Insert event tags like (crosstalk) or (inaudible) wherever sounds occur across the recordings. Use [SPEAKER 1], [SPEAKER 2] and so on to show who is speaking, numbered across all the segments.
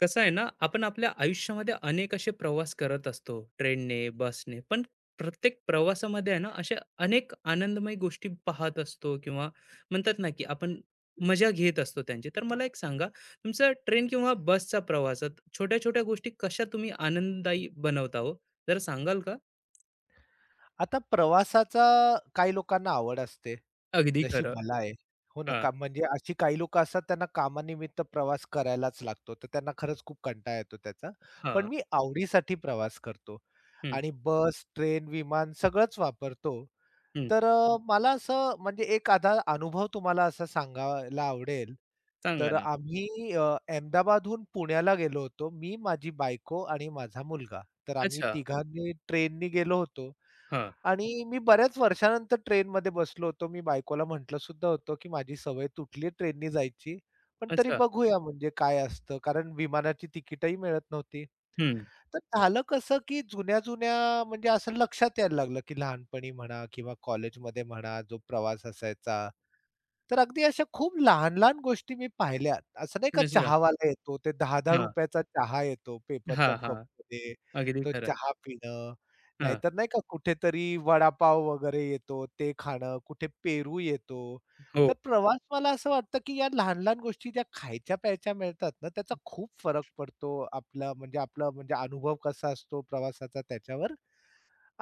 [SPEAKER 1] कसं आहे ना, आपण आपल्या आयुष्यामध्ये अनेक असे प्रवास करत असतो ट्रेनने, बसने. पण प्रत्येक प्रवासामध्ये आहे ना, अशा अनेक आनंदमय गोष्टी पाहत असतो किंवा म्हणतात ना, की आपण मजा घेत असतो त्यांची. तर मला एक सांगा, तुमचा ट्रेन किंवा बसचा प्रवासात छोट्या-छोट्या गोष्टी कशा तुम्ही आनंददायी बनवता हो? जरा सांगाल का?
[SPEAKER 2] आता प्रवासाचा काही लोकांना आवड असते,
[SPEAKER 1] अगदी
[SPEAKER 2] जशी
[SPEAKER 1] खरं.
[SPEAKER 2] मला आहे. हो ना,
[SPEAKER 1] हां,
[SPEAKER 2] का म्हणजे अशी काही लोकं असतात त्यांना कामानिमित्त प्रवास करायलाच लागतो, तर त्यांना खरंच खूप कंटाळा येतो त्याचा. पण
[SPEAKER 1] हां.
[SPEAKER 2] मी आवडीसाठी प्रवास करतो
[SPEAKER 1] हं,
[SPEAKER 2] आणि बस, ट्रेन, विमान सगळंच वापरतो.
[SPEAKER 1] हं.
[SPEAKER 2] मला असं म्हणजे एक आधा अनुभव तुम्हाला असा सांगायला आवडेल.
[SPEAKER 1] सांगा
[SPEAKER 2] तर
[SPEAKER 1] ना.
[SPEAKER 2] आम्ही अ, अहमदाबादहून पुण्याला गेलो होतो. मी, माझी बायको आणि माझा मुलगा. तर आम्ही
[SPEAKER 1] अच्छा.
[SPEAKER 2] तिघांनी ट्रेननी गेलो होतो.
[SPEAKER 1] हां.
[SPEAKER 2] आणि मी बऱ्याच वर्षानंतर ट्रेनमध्ये बसलो होतो. मी बायकोला म्हटलं सुद्धा होतो, की माझी सवय तुटली आहे ट्रेननी जायची. पण तरी
[SPEAKER 1] अच्छा.
[SPEAKER 2] बघूया म्हणजे काय असतं, कारण विमानाची तिकीटही मिळत नव्हती.
[SPEAKER 1] हं.
[SPEAKER 2] तर झालं कसं, की जुन्या-जुन्या म्हणजे असं लक्षात यायला लागलं, की लहानपणी म्हणा किंवा कॉलेजमध्ये म्हणा, जो प्रवास असायचा तर अगदी अशा खूप लहान-लहान गोष्टी मी पाहिल्यात. असं नाही का
[SPEAKER 1] अच्छा.
[SPEAKER 2] चहावाला येतो, ते
[SPEAKER 1] हां.
[SPEAKER 2] ₹10-10 चा चहा येतो
[SPEAKER 1] हां,
[SPEAKER 2] पेपरच्या
[SPEAKER 1] हां.
[SPEAKER 2] कपमध्ये,
[SPEAKER 1] अगदी
[SPEAKER 2] तो
[SPEAKER 1] खरं.
[SPEAKER 2] चहा पिणं.
[SPEAKER 1] हां.
[SPEAKER 2] नाहीतर नाही का कुठेतरी वडापाव वगैरे येतो, ते खाणं, कुठे पेरू येतो.
[SPEAKER 1] हो.
[SPEAKER 2] तर प्रवास मला असं वाटतं, की या लहान-लहान गोष्टी ज्या खायच्या-प्यायच्या मिळतात ना, त्याचा खूप फरक पडतो आपला म्हणजे आपला म्हणजे अनुभव कसा असतो प्रवासाचा त्याच्यावर.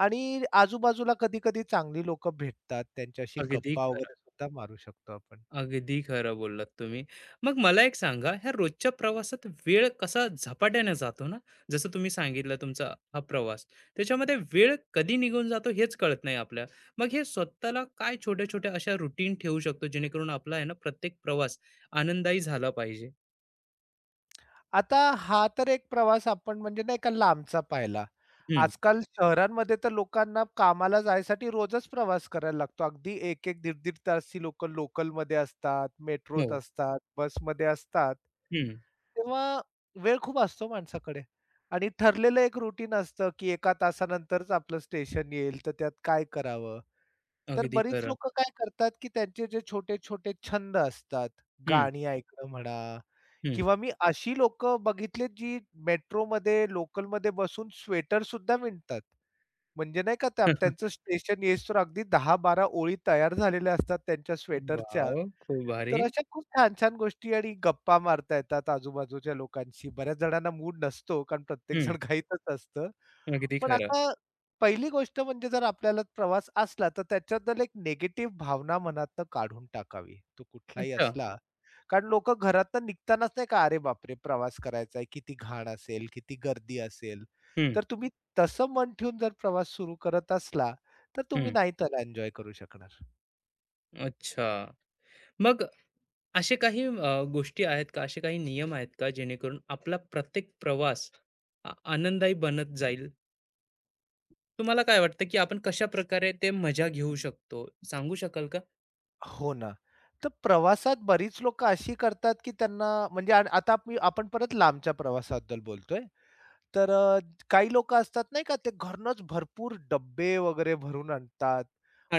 [SPEAKER 2] आणि आजूबाजूला कधी-कधी चांगली लोकं भेटतात, त्यांच्याशी
[SPEAKER 1] अगदी
[SPEAKER 2] गप्पा
[SPEAKER 1] खरं.
[SPEAKER 2] वगैरे सुद्धा मारू शकतो आपण.
[SPEAKER 1] अगदी खरं बोललात तुम्ही. मग मला एक सांगा, ह्या रोजच्या प्रवासात वेळ कसा झपाट्याने जातो ना, जसं तुम्ही सांगितलं तुमचा हा प्रवास, त्याच्यामध्ये वेळ कधी निघून जातो हेच कळत नाही आपल्याला. मग हे स्वतःला काय छोट्या-छोट्या अशा रुटीन ठेवू शकतो, जेणेकरून आपला आहे ना प्रत्येक प्रवास आनंददायी झाला पाहिजे?
[SPEAKER 2] आता हा तर एक प्रवास आपण म्हणजे नाही का लांबचा पाहिला.
[SPEAKER 1] हं,
[SPEAKER 2] आजकाल शहरांमध्ये तर लोकांना कामाला जायसाठी रोजच प्रवास करायला लागतो. अगदी एक 1 दीड-दीड तास ती लोकं लोकलमध्ये असतात, मेट्रोत
[SPEAKER 1] हो.
[SPEAKER 2] असतात, बसमध्ये असतात.
[SPEAKER 1] हं,
[SPEAKER 2] तेव्हा वेळ खूप असतो माणसाकडे आणि ठरलेलं एक रुटीन असतं, की 1 तासानंतरच आपलं स्टेशन येईल, तर त्यात काय करावं? तर
[SPEAKER 1] अगदी
[SPEAKER 2] बरीच
[SPEAKER 1] खरं.
[SPEAKER 2] लोकं काय करतात, की त्यांचे जे छोटे-छोटे छंद असतात,
[SPEAKER 1] हं,
[SPEAKER 2] गाणी ऐकणं म्हणा
[SPEAKER 1] हं.
[SPEAKER 2] किंवा मी अशी लोकं बघितलीत, जी मेट्रोमध्ये, लोकलमध्ये बसून स्वेटर सुद्धा विणतात. म्हणजे नाही का त्या त्यांचं स्टेशन येईस्तोवर अगदी 10-12 ओळी तयार झालेल्या असतात त्यांच्या स्वेटरच्या.
[SPEAKER 1] वॉव! (laughs) खूप
[SPEAKER 2] तर
[SPEAKER 1] भारी.
[SPEAKER 2] अशा खूप छान-छान गोष्टी आणि गप्पा मारता येतात आजूबाजूच्या लोकांशी. बऱ्याच जणांना मूड नसतो, कारण
[SPEAKER 1] हं,
[SPEAKER 2] प्रत्येकजण घाईतच असतं.
[SPEAKER 1] अगदी
[SPEAKER 2] पण
[SPEAKER 1] खरं.
[SPEAKER 2] आता पहिली गोष्ट म्हणजे जर आपल्याला प्रवास असला, तर त्याच्याबद्दल एक निगेटिव्ह भावना मनातनं काढून टाकावी. तो कुठलाही
[SPEAKER 1] अच्छा.
[SPEAKER 2] असला. कारण लोकं घरातनं निघतानाच नाही का, "अरे बापरे! प्रवास करायचा आहे, किती घाण असेल, किती गर्दी असेल."
[SPEAKER 1] हं,
[SPEAKER 2] तर तुम्ही तसं मन ठेवून जर प्रवास सुरू करत असला, तर तुम्ही
[SPEAKER 1] हं.
[SPEAKER 2] नाही त्याला एन्जॉय करू शकणार.
[SPEAKER 1] अच्छा. मग असे काही गोष्टी आहेत का, असे काही नियम आहेत का, जेणेकरून आपला प्रत्येक प्रवास आनंददायी बनत जाईल? तुम्हाला काय वाटतं, की आपण कशा प्रकारे ते मजा घेऊ शकतो? सांगू शकाल का?
[SPEAKER 2] हो ना. तर प्रवासात बरीच लोकं अशी करतात, की त्यांना म्हणजे आता मी आपण परत लांबच्या प्रवासाबद्दल बोलतोय. तर अ, काही लोकं असतात नाही का, ते घरूनच भरपूर डब्बे वगैरे भरून आणतात.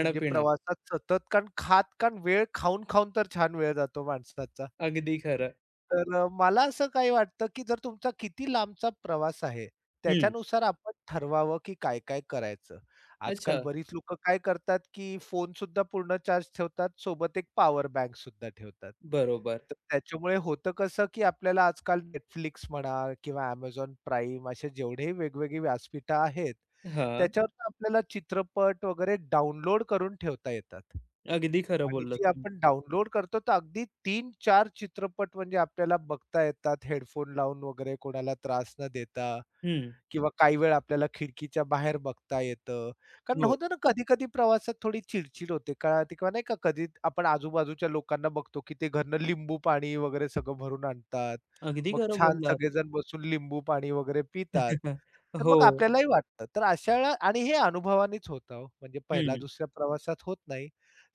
[SPEAKER 2] म्हणजे प्रवासात सतत कारण खात कारण वेळ खाऊन-खाऊन तर छान वेळ जातो माणसाचा.
[SPEAKER 1] अगदी खरं.
[SPEAKER 2] मला असं काही वाटतं, की जर तुमचा किती लांबचा प्रवास आहे,
[SPEAKER 1] हं.
[SPEAKER 2] त्याच्यानुसार आपण ठरवावं, की काय-काय करायचं. आजकाल
[SPEAKER 1] अच्छा.
[SPEAKER 2] बरीच लोकं काय करतात, की फोन सुद्धा पूर्ण चार्ज ठेवतात, सोबत एक पॉवर बँकसुद्धा ठेवतात.
[SPEAKER 1] बरोबर.
[SPEAKER 2] तर त्याच्यामुळे होतं कसं, की आपल्याला आजकाल Netflix म्हणा किंवा Amazon Prime असे जेवढेही वेगवेगळी व्यासपीठं आहेत,
[SPEAKER 1] हां.
[SPEAKER 2] त्याच्यावर तर आपल्याला चित्रपट वगैरे डाउनलोड करून ठेवता येतात.
[SPEAKER 1] अगदी खरं
[SPEAKER 2] आणि
[SPEAKER 1] बोललात
[SPEAKER 2] जी
[SPEAKER 1] तुम्ही.
[SPEAKER 2] आपण डाउनलोड करतो तर अगदी तीन चार चित्रपट म्हणजे आपल्याला बघता येतात हेडफोन लावून वगैरे कोणाला त्रास न देता.
[SPEAKER 1] हं.
[SPEAKER 2] किंवा काही वेळ आपल्याला खिडकीच्या बाहेर बघता येतं. कारण
[SPEAKER 1] हो.
[SPEAKER 2] होतं ना कधी-कधी प्रवासात थोडी चिड-चिड होते का ते, किंवा नाही का कधी आपण आजूबाजूच्या लोकांना बघतो, की ते घरनं लिंबू पाणी वगैरे सगळं भरून आणतात.
[SPEAKER 1] अगदी
[SPEAKER 2] मग
[SPEAKER 1] खरं
[SPEAKER 2] छान
[SPEAKER 1] बोललात.
[SPEAKER 2] सगळेजण बसून लिंबू पाणी वगैरे पितात.
[SPEAKER 1] (laughs)
[SPEAKER 2] तर मग
[SPEAKER 1] हो.
[SPEAKER 2] आपल्यालाही वाटतं. तर अशा वेळा आणि हे अनुभवानेच होतं हो. म्हणजे पहिल्या
[SPEAKER 1] हं.
[SPEAKER 2] दुसऱ्या प्रवासात होत नाही.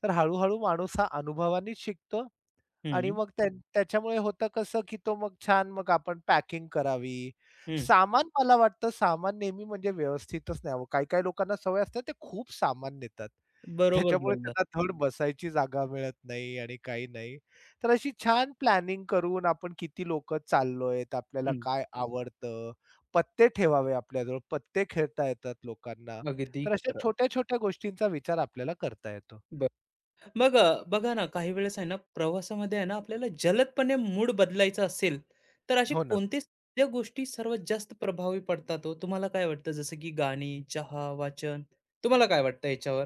[SPEAKER 2] तर हळू माणूस हा अनुभवानेच शिकतो आणि
[SPEAKER 1] हं.
[SPEAKER 2] मग त्या त्याच्यामुळे होतं कसं, की तो मग छान मग आपण पॅकिंग करावी.
[SPEAKER 1] हं.
[SPEAKER 2] सामान मला वाटतं सामान नेहमी म्हणजे व्यवस्थितच न्यावं. काही-काही लोकांना सवय असते ते खूप सामान नेतात.
[SPEAKER 1] बरोबर
[SPEAKER 2] त्याच्यामुळे
[SPEAKER 1] बोललात.
[SPEAKER 2] त्यांना धड बसायची जागा मिळत नाही आणि काही नाही. तर अशी छान प्लॅनिंग करून आपण किती लोकं चाललोयत, आपल्याला
[SPEAKER 1] हं.
[SPEAKER 2] काय आवडतं, पत्ते ठेवावे आपल्याजवळ, पत्ते खेळता येतात लोकांना.
[SPEAKER 1] अगदी
[SPEAKER 2] तर अशा
[SPEAKER 1] खरं.
[SPEAKER 2] छोट्या-छोट्या गोष्टींचा विचार आपल्याला करता येतो.
[SPEAKER 1] मग बघा ना, काही वेळेस आहे ना, प्रवासामध्ये आहे ना, आपल्याला जलदपणे मूड बदलायचा असेल, तर असे
[SPEAKER 2] हो ना.
[SPEAKER 1] कोणते त्या गोष्टी सर्वात जास्त प्रभावी पडतात हो? तुम्हाला काय वाटतं? जसं की गाणी, चहा, वाचन. तुम्हाला काय वाटतं याच्यावर?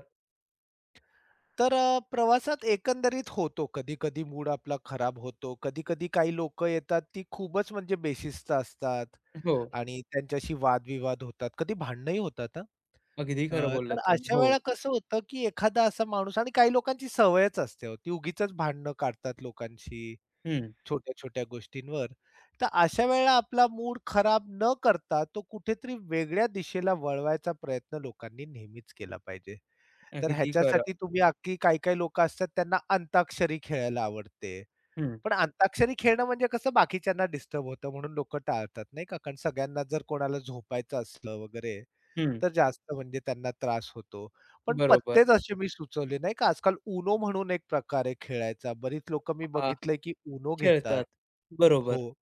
[SPEAKER 2] प्रवासात एकंदरीत होतो. कधी-कधी मूड आपला खराब होतो. कधी-कधी काही लोक येतात, ती खूपच म्हणजे बेशिस्त असतात
[SPEAKER 1] हो,
[SPEAKER 2] आणि त्यांच्याशी वादविवाद होतात. कधी भांडणंही होतात हां.
[SPEAKER 1] अगदी खरं
[SPEAKER 2] तर
[SPEAKER 1] बोललात तुम्ही.
[SPEAKER 2] अशा
[SPEAKER 1] हो.
[SPEAKER 2] वेळेला कसं होतं, की एखादा असा माणूस आणि काही लोकांची सवयच असते हो, ती उगीचच भांडणं काढतात लोकांशी
[SPEAKER 1] हं.
[SPEAKER 2] छोट्या-छोट्या गोष्टींवर. तर अशा वेळेला आपला मूड खराब न करता, तो कुठेतरी वेगळ्या दिशेला वळवायचा प्रयत्न लोकांनी नेहमीच केला पाहिजे. तर
[SPEAKER 1] अगदी खरं.
[SPEAKER 2] ह्याच्यासाठी तुम्ही अख्खी काही-काही लोकं असतात त्यांना अंताक्षरी खेळायला आवडते.
[SPEAKER 1] हं,
[SPEAKER 2] पण अंताक्षरी खेळणं म्हणजे कसं बाकीच्यांना डिस्टर्ब होतं म्हणून लोकं टाळतात नाही का. कारण सगळ्यांना जर कोणाला झोपायचं असलं वगैरे,
[SPEAKER 1] हं.
[SPEAKER 2] तर जास्त म्हणजे त्यांना त्रास होतो. पण
[SPEAKER 1] बरोबर.
[SPEAKER 2] पत्तेच असे मी सुचवले नाही का. आजकाल UNO म्हणून एक प्रकार आहे खेळायचा. बरीच लोकं मी
[SPEAKER 1] हां,
[SPEAKER 2] बघितलंय की UNO घेतात.
[SPEAKER 1] खेळतात. बरोबर.
[SPEAKER 2] हो.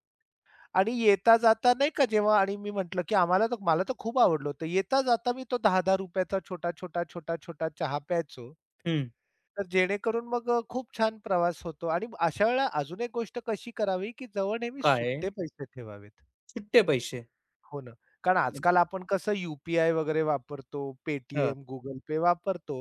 [SPEAKER 2] आणि येता-जाता नाही का जेव्हा आणि मी म्हटलं की आम्हाला तर मला तर खूप आवडलं होतं. येता-जाता मी तो ₹10-10 चा छोटा, छोटा, छोटा, छोटा चहा प्यायचो.
[SPEAKER 1] हं.
[SPEAKER 2] तर जेणेकरून मग खूप छान प्रवास होतो आणि अशा वेळेला अजून एक गोष्ट कशी करावी, की जवळ नेहमी
[SPEAKER 1] काय?
[SPEAKER 2] सुट्टे पैसे ठेवावेत.
[SPEAKER 1] सुट्टे पैसे.
[SPEAKER 2] हो ना. कारण आजकाल आपण कसं यू पी वगैरे वापरतो,
[SPEAKER 1] हं,
[SPEAKER 2] Paytm, Google Pay वापरतो.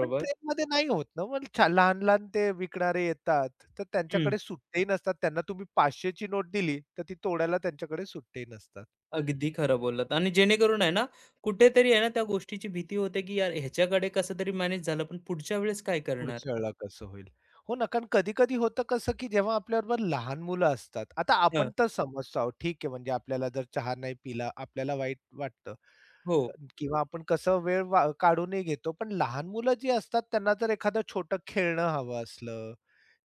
[SPEAKER 2] पण ट्रेनमध्ये नाही होत ना, मग लहान-लहान ते विकणारे येतात, तर त्यांच्याकडे सुट्टेही नसतात. त्यांना तुम्ही 500ची नोट दिली, तर ती तोडायला त्यांच्याकडे सुट्टेही नसतात.
[SPEAKER 1] अगदी खरं बोललात आणि जेणेकरून आहे ना, कुठेतरी आहे ना, त्या गोष्टीची भीती होते, की यार ह्याच्याकडे कसं तरी मॅनेज झालं, पण पुढच्या वेळेस काय करणार?
[SPEAKER 2] पुढच्या वेळेला कसं होईल. हो ना, कारण कधी-कधी होतं कसं, की जेव्हा आपल्याबरोबर लहान मुलं असतात. आता
[SPEAKER 1] हं.
[SPEAKER 2] आपण तर समजतो आहोत, ठीक आहे, म्हणजे आपल्याला जर चहा नाही पिला, आपल्याला वाईट वाटतं
[SPEAKER 1] हो.
[SPEAKER 2] किंवा आपण कसं वेळ काढूनही घेतो. पण लहान मुलं जी असतात त्यांना जर एखादं छोटं खेळणं हवं असलं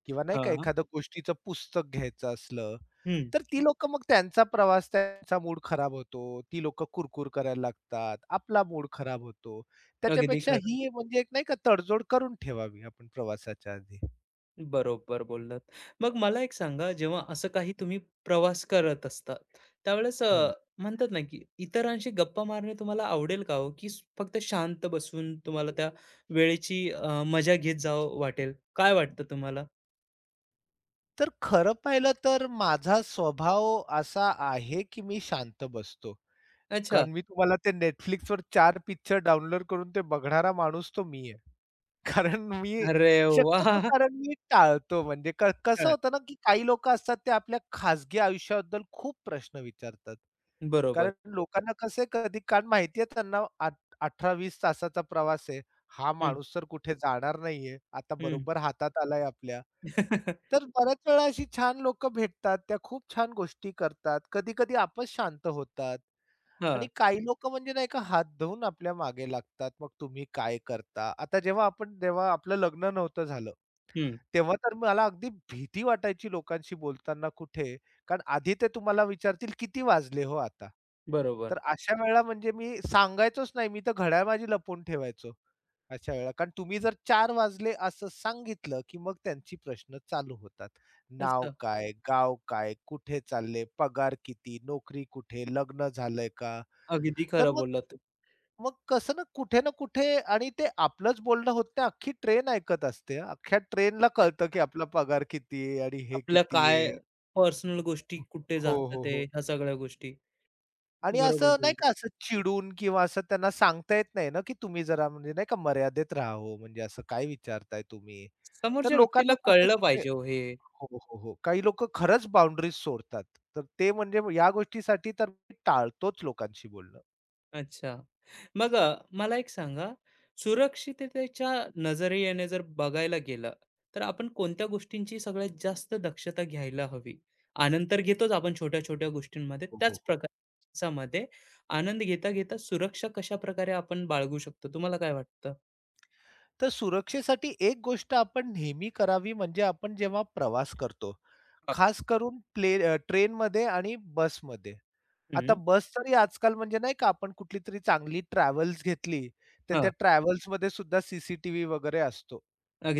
[SPEAKER 2] किंवा नाही का
[SPEAKER 1] हां.
[SPEAKER 2] एखादं गोष्टीचं पुस्तक घ्यायचं असलं,
[SPEAKER 1] हं.
[SPEAKER 2] तर ती लोकं मग त्यांचा प्रवास, त्यांचा मूड खराब होतो. ती लोकं कुरकुर करायला लागतात. आपला मूड खराब होतो.
[SPEAKER 1] अगदी
[SPEAKER 2] त्याच्यापेक्षा
[SPEAKER 1] खरं.
[SPEAKER 2] ही म्हणजे एक नाही का तडजोड करून ठेवावी आपण प्रवासाच्या आधी.
[SPEAKER 1] बरोबर बोललात. मग मला एक सांगा, जेव्हा असं काही तुम्ही प्रवास करत असता, त्यावेळेस
[SPEAKER 2] हो ना.
[SPEAKER 1] म्हणतात ना, की इतरांशी गप्पा मारणे तुम्हाला आवडेल का हो? की फक्त शांत बसून तुम्हाला त्या वेळेची मजा घेत जावं वाटेल? काय वाटतं तुम्हाला?
[SPEAKER 2] तर खरं पाहिलं तर माझा स्वभाव असा आहे, की मी शांत बसतो.
[SPEAKER 1] अच्छा.
[SPEAKER 2] कारण मी तुम्हाला ते Netflixवर 4 पिक्चर डाउनलोड करून ते बघणारा माणूस तो मी आहे. कारण मी
[SPEAKER 1] अरे
[SPEAKER 2] शक्यतो
[SPEAKER 1] वाह!
[SPEAKER 2] कारण मी टाळतो म्हणजे कसं
[SPEAKER 1] हं.
[SPEAKER 2] होतं ना, की काही लोकं असतात ते आपल्या खाजगी आयुष्याबद्दल खूप प्रश्न विचारतात.
[SPEAKER 1] बरोबर.
[SPEAKER 2] कारण लोकांना कसं आहे कधी कारण माहिती आहे त्यांना 18-20 तासाचा प्रवास आहे. हा
[SPEAKER 1] हं,
[SPEAKER 2] माणूस तर कुठे जाणार नाहीये. आता
[SPEAKER 1] हं.
[SPEAKER 2] बरोबर हातात आलाय आपल्या.
[SPEAKER 1] (laughs)
[SPEAKER 2] तर बऱ्याच वेळा अशी छान लोकं भेटतात. त्या खूप छान गोष्टी करतात. कधी-कधी आपच शांत होतात.
[SPEAKER 1] हां.
[SPEAKER 2] आणि काही लोकं म्हणजे नाही का हात धुवून आपल्या मागे लागतात. मग तुम्ही काय करता? आता जेव्हा आपण जेव्हा आपलं लग्न नव्हतं झालं,
[SPEAKER 1] हं.
[SPEAKER 2] तेव्हा तर मला अगदी भीती वाटायची लोकांशी बोलताना कुठे, कारण आधी ते तुम्हाला विचारतील, "किती वाजले हो आता?"
[SPEAKER 1] बरोबर.
[SPEAKER 2] तर अशा वेळेला म्हणजे मी सांगायचोच नाही. मी तर घड्याळ माझी लपवून ठेवायचो अशा वेळेला. कारण तुम्ही जर 4 वाजले असं सांगितलं, की मग त्यांची प्रश्न चालू होतात. नाव
[SPEAKER 1] अच्छा.
[SPEAKER 2] काय? गाव काय? कुठे चालले? पगार किती? नोकरी कुठे? लग्न झालंय का?
[SPEAKER 1] अगदी
[SPEAKER 2] तर
[SPEAKER 1] खरं
[SPEAKER 2] मग
[SPEAKER 1] बोललात तुम्ही.
[SPEAKER 2] मग कसं ना कुठे ना कुठे आणि ते आपलंच बोलणं होत नाही, अख्खी ट्रेन ऐकत असते हां. अख्ख्या ट्रेनला कळतं, की आपला पगार किती आहे आणि हे
[SPEAKER 1] आपल्या
[SPEAKER 2] किती
[SPEAKER 1] काय
[SPEAKER 2] आहे.
[SPEAKER 1] पर्सनल गोष्टी कुठे
[SPEAKER 2] हो,
[SPEAKER 1] जातात
[SPEAKER 2] हो,
[SPEAKER 1] ते
[SPEAKER 2] हो.
[SPEAKER 1] ह्या सगळ्या गोष्टी.
[SPEAKER 2] आणि
[SPEAKER 1] बरोबर
[SPEAKER 2] असं नाही
[SPEAKER 1] बोललात.
[SPEAKER 2] का असं चिडून किंवा असं त्यांना सांगता येत नाही ना, की तुम्ही जरा म्हणजे नाही का मर्यादेत राहा हो, म्हणजे असं काय विचारताय तुम्ही. तर
[SPEAKER 1] समोरच्या व्यक्तीला
[SPEAKER 2] लोकांना
[SPEAKER 1] कळलं
[SPEAKER 2] कुठे-कुठे
[SPEAKER 1] पाहिजे हो हे.
[SPEAKER 2] हो, हो, हो. काही लोकं खरंच बाउंडरीज सोडतात. तर ते म्हणजे या गोष्टीसाठी तर मी टाळतोच लोकांशी बोलणं.
[SPEAKER 1] अच्छा. मग मला एक सांगा, सुरक्षिततेच्या नजरेने जर बघायला गेलं, तर आपण कोणत्या गोष्टींची सगळ्यात जास्त दक्षता घ्यायला हवी? आनंद तर घेतोच आपण छोट्या-छोट्या गोष्टींमध्ये.
[SPEAKER 2] हो,
[SPEAKER 1] त्याच
[SPEAKER 2] हो, हो.
[SPEAKER 1] प्रकारामध्ये आनंद घेता-घेता सुरक्षा कशाप्रकारे आपण बाळगू शकतो? तुम्हाला काय वाटतं?
[SPEAKER 2] तर सुरक्षेसाठी एक गोष्ट आपण नेहमी करावी म्हणजे आपण जेव्हा प्रवास करतो,
[SPEAKER 1] हां.
[SPEAKER 2] खास करून ट्रेनमध्ये आणि बसमध्ये. आता
[SPEAKER 1] हं,
[SPEAKER 2] बस तरी आजकाल म्हणजे नाही का आपण कुठली तरी चांगली ट्रॅव्हल्स घेतली, तर त्या
[SPEAKER 1] हां.
[SPEAKER 2] ट्रॅव्हल्समध्ये सुद्धा सी सी टी वगैरे असतो.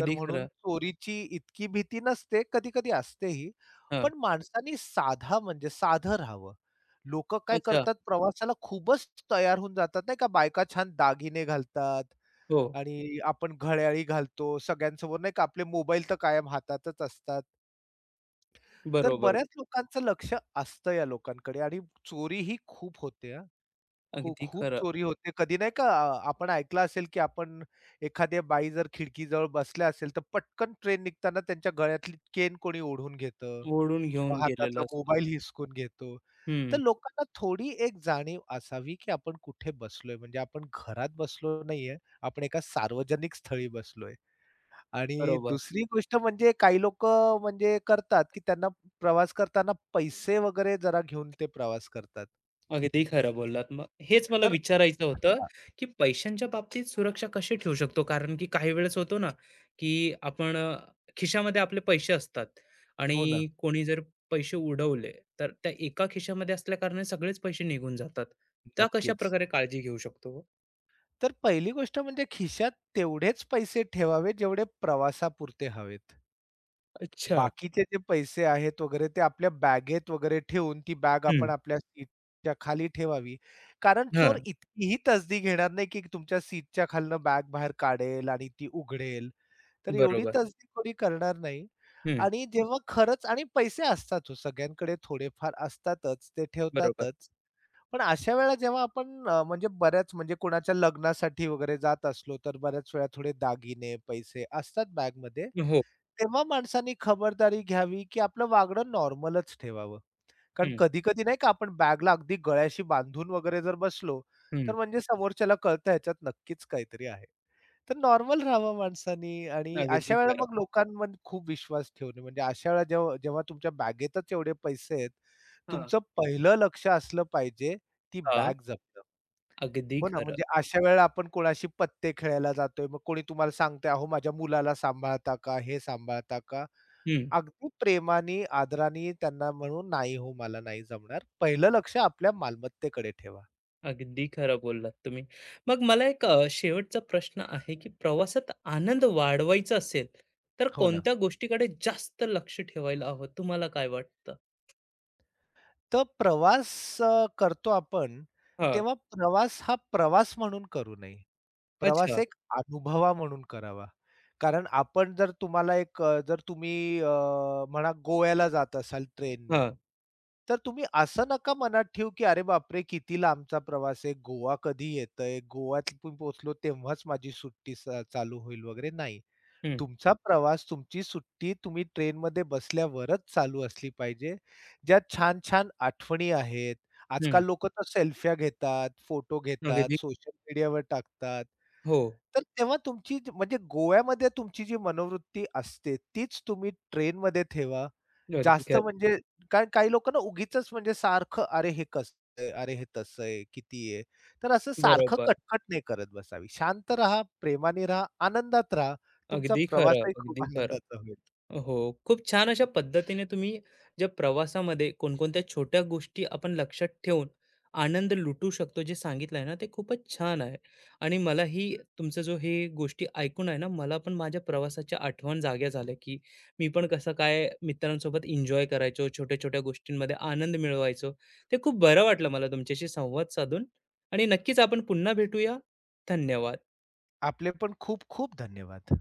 [SPEAKER 2] तर म्हणून
[SPEAKER 1] खरं.
[SPEAKER 2] चोरीची इतकी भीती नसते, कधी-कधी असतेही.
[SPEAKER 1] हां.
[SPEAKER 2] पण माणसानी साधा म्हणजे साधं राहावं. लोकं काय
[SPEAKER 1] अच्छा.
[SPEAKER 2] करतात प्रवासाला खूपच तयार होऊन जातात नाही का, बायका छान दागिने घालतात,
[SPEAKER 1] हो.
[SPEAKER 2] आणि आपण घड्याळी घालतो सगळ्यांसमोर नाही का आपले मोबाईल तर कायम हातातच असतात. तर
[SPEAKER 1] बरोबर.
[SPEAKER 2] बऱ्याच लोकांचं लक्ष असतं या लोकांकडे आणि चोरी ही खूप होते हां. खूप
[SPEAKER 1] अगदी
[SPEAKER 2] खूप
[SPEAKER 1] खरं.
[SPEAKER 2] चोरी होते. कधी नाही का आपण ऐकलं असेल की आपण एखाद्या बाई जर खिडकीजवळ बसल्या असेल तर पटकन ट्रेन निघताना त्यांच्या गळ्यातली केन कोणी ओढून घेतं
[SPEAKER 1] ओढून
[SPEAKER 2] किंवा
[SPEAKER 1] घेऊन गेलेला
[SPEAKER 2] हातातला
[SPEAKER 1] असतो.
[SPEAKER 2] मोबाईल हिसकून घेतो. तर
[SPEAKER 1] हं.
[SPEAKER 2] लोकांना थोडी एक जाणीव असावी की आपण कुठे बसलोय म्हणजे आपण घरात बसलो नाहीये. आपण एका सार्वजनिक स्थळी बसलोय. आणि
[SPEAKER 1] बरोबर.
[SPEAKER 2] दुसरी गोष्ट म्हणजे काही लोकं म्हणजे करतात, की त्यांना प्रवास करताना पैसे वगैरे जरा घेऊन ते प्रवास करतात.
[SPEAKER 1] अगदी खरं बोललात. मग हेच मला
[SPEAKER 2] तर
[SPEAKER 1] विचारायचं होतं,
[SPEAKER 2] हां,
[SPEAKER 1] की पैशांच्या बाबतीत सुरक्षा कशी ठेवू शकतो? कारण की काही वेळेस होतो ना, की आपण खिशामध्ये आपले पैसे असतात
[SPEAKER 2] हो ना,
[SPEAKER 1] आणि कोणी जर पैसे उडवले, तर त्या एका खिशामध्ये असल्याकारणाने सगळेच पैसे निघून जातात. त्या कशा
[SPEAKER 2] नक्कीच.
[SPEAKER 1] प्रकारे काळजी घेऊ शकतो?
[SPEAKER 2] तर पहिली गोष्ट म्हणजे खिशात तेवढेच पैसे ठेवावे जेवढे प्रवासापुरते हवेत.
[SPEAKER 1] अच्छा.
[SPEAKER 2] बाकीचे जे पैसे आहेत वगैरे ते आपल्या बॅगेत वगैरे ठेवून ती बॅग
[SPEAKER 1] हं.
[SPEAKER 2] आपण आपल्या सीटच्या खाली ठेवावी. कारण
[SPEAKER 1] हां.
[SPEAKER 2] चोर इतकीही तसदी घेणार नाही, की तुमच्या सीटच्या खालनं बॅग बाहेर काढेल आणि ती उघडेल. तर एवढी
[SPEAKER 1] बरोबर.
[SPEAKER 2] तसदी कोणी करणार नाही
[SPEAKER 1] हं.
[SPEAKER 2] आणि जेव्हा खरंच आणि पैसे असतात हो सगळ्यांकडे थोडेफार असतातच, ते
[SPEAKER 1] बरोबर.
[SPEAKER 2] ठेवतातच. पण अशा वेळेला जेव्हा आपण म्हणजे बऱ्याच म्हणजे कोणाच्या लग्नासाठी वगैरे जात असलो, तर बऱ्याच वेळा थोडे दागिने, पैसे असतात बॅगमध्ये.
[SPEAKER 1] हो.
[SPEAKER 2] तेव्हा माणसांनी खबरदारी घ्यावी, की आपलं वागणं नॉर्मलच ठेवावं. कारण
[SPEAKER 1] हं.
[SPEAKER 2] कधी-कधी नाही का आपण बॅगला अगदी गळ्याशी बांधून वगैरे जर बसलो,
[SPEAKER 1] हं.
[SPEAKER 2] तर म्हणजे समोरच्याला कळतं ह्याच्यात नक्कीच काहीतरी आहे. तर नॉर्मल राहावं माणसानी आणि
[SPEAKER 1] अगदी
[SPEAKER 2] अशा वेळेला
[SPEAKER 1] खरं.
[SPEAKER 2] मग लोकांमध्ये खूप विश्वास ठेवणे म्हणजे अशा वेळेला जेव्हा जेव्हा तुमच्या बॅगेतच एवढे पैसे आहेत,
[SPEAKER 1] हां.
[SPEAKER 2] तुमचं पहिलं लक्ष असलं पाहिजे ती
[SPEAKER 1] हां.
[SPEAKER 2] बॅग जपणं.
[SPEAKER 1] अगदी
[SPEAKER 2] हो ना,
[SPEAKER 1] खरं.
[SPEAKER 2] म्हणजे अशा वेळेला आपण कोणाशी पत्ते खेळायला जातोय, मग कोणी तुम्हाला सांगतंय, "अहो माझ्या मुलाला सांभाळता का? हे सांभाळता का?"
[SPEAKER 1] हं.
[SPEAKER 2] अगदी प्रेमाने, आदराने त्यांना म्हणू, "नाही हो, मला नाही जमणार." पहिलं लक्ष आपल्या मालमत्तेकडे ठेवा.
[SPEAKER 1] अगदी खरं बोललात तुम्ही. मग मला एक शेवटचा प्रश्न आहे, की प्रवासात आनंद वाढवायचा असेल, तर
[SPEAKER 2] हो ना.
[SPEAKER 1] कोणत्या गोष्टीकडे जास्त लक्ष ठेवायला हवं? तुम्हाला काय वाटतं?
[SPEAKER 2] तर प्रवास करतो आपण,
[SPEAKER 1] हां.
[SPEAKER 2] तेव्हा प्रवास हा प्रवास म्हणून करू नये. प्रवास
[SPEAKER 1] अच्छा.
[SPEAKER 2] एक अनुभवा म्हणून करावा. कारण आपण जर तुम्हाला जर तुम्ही म्हणा गोव्याला जात असाल ट्रेननी,
[SPEAKER 1] हां.
[SPEAKER 2] तर तुम्ही असं नका मनात ठेवू, की "अरे बापरे! किती लांबचा प्रवास आहे. गोवा कधी येतंय? गोव्यात मी पोहोचलो तेव्हाच माझी सुट्टी चालू होईल वगैरे." नाही.
[SPEAKER 1] हं,
[SPEAKER 2] तुमचा प्रवास, तुमची सुट्टी तुम्ही ट्रेनमध्ये बसल्यावरच चालू असली पाहिजे. ज्यात छान-छान आठवणी आहेत.
[SPEAKER 1] हं.
[SPEAKER 2] आजकाल लोकं तर सेल्फ्या घेतात, फोटो घेतात,
[SPEAKER 1] अगदी.
[SPEAKER 2] सोशल मीडियावर टाकतात.
[SPEAKER 1] हो.
[SPEAKER 2] तर तेव्हा तुमची जी म्हणजे गोव्यामध्ये तुमची जी मनोवृत्ती असते, तीच तुम्ही ट्रेनमध्ये ठेवा.
[SPEAKER 1] अगदी
[SPEAKER 2] जास्त
[SPEAKER 1] खरं.
[SPEAKER 2] म्हणजे कारण काही लोकं ना उगीचच म्हणजे सारखं, "अरे हे कसं अरे हे तसं आहे, किती आहे?" तर असं सारखं
[SPEAKER 1] बरोबर.
[SPEAKER 2] कटकट नाही करत बसावी. शांत राहा, प्रेमाने राहा, आनंदात राहा. तुमचा
[SPEAKER 1] अगदी खरं,
[SPEAKER 2] प्रवासही खूप
[SPEAKER 1] अगदी खरं.
[SPEAKER 2] आनंदाचा होईल.
[SPEAKER 1] हो. खूप छान अशा पद्धतीने तुम्ही ज्या प्रवासामध्ये कोणकोणत्या छोट्या गोष्टी आपण लक्षात ठेवून आनंद लुटू शकतो जे सांगितलं आहे ना ते खूपच छान आहे. आणि मला ही तुमचं जो हे गोष्टी ऐकून आहे ना मला पण माझ्या प्रवासाची आठवण जाग्या झाल्या, की मी पण कसं काय मित्रांसोबत एन्जॉय करायचो, छोट्या-छोट्या गोष्टींमध्ये आनंद मिळवायचो. ते खूप बरं वाटलं मला तुमच्याशी संवाद साधून आणि नक्कीच आपण पुन्हा भेटूया. धन्यवाद.
[SPEAKER 2] आपले पण खूप खूप धन्यवाद.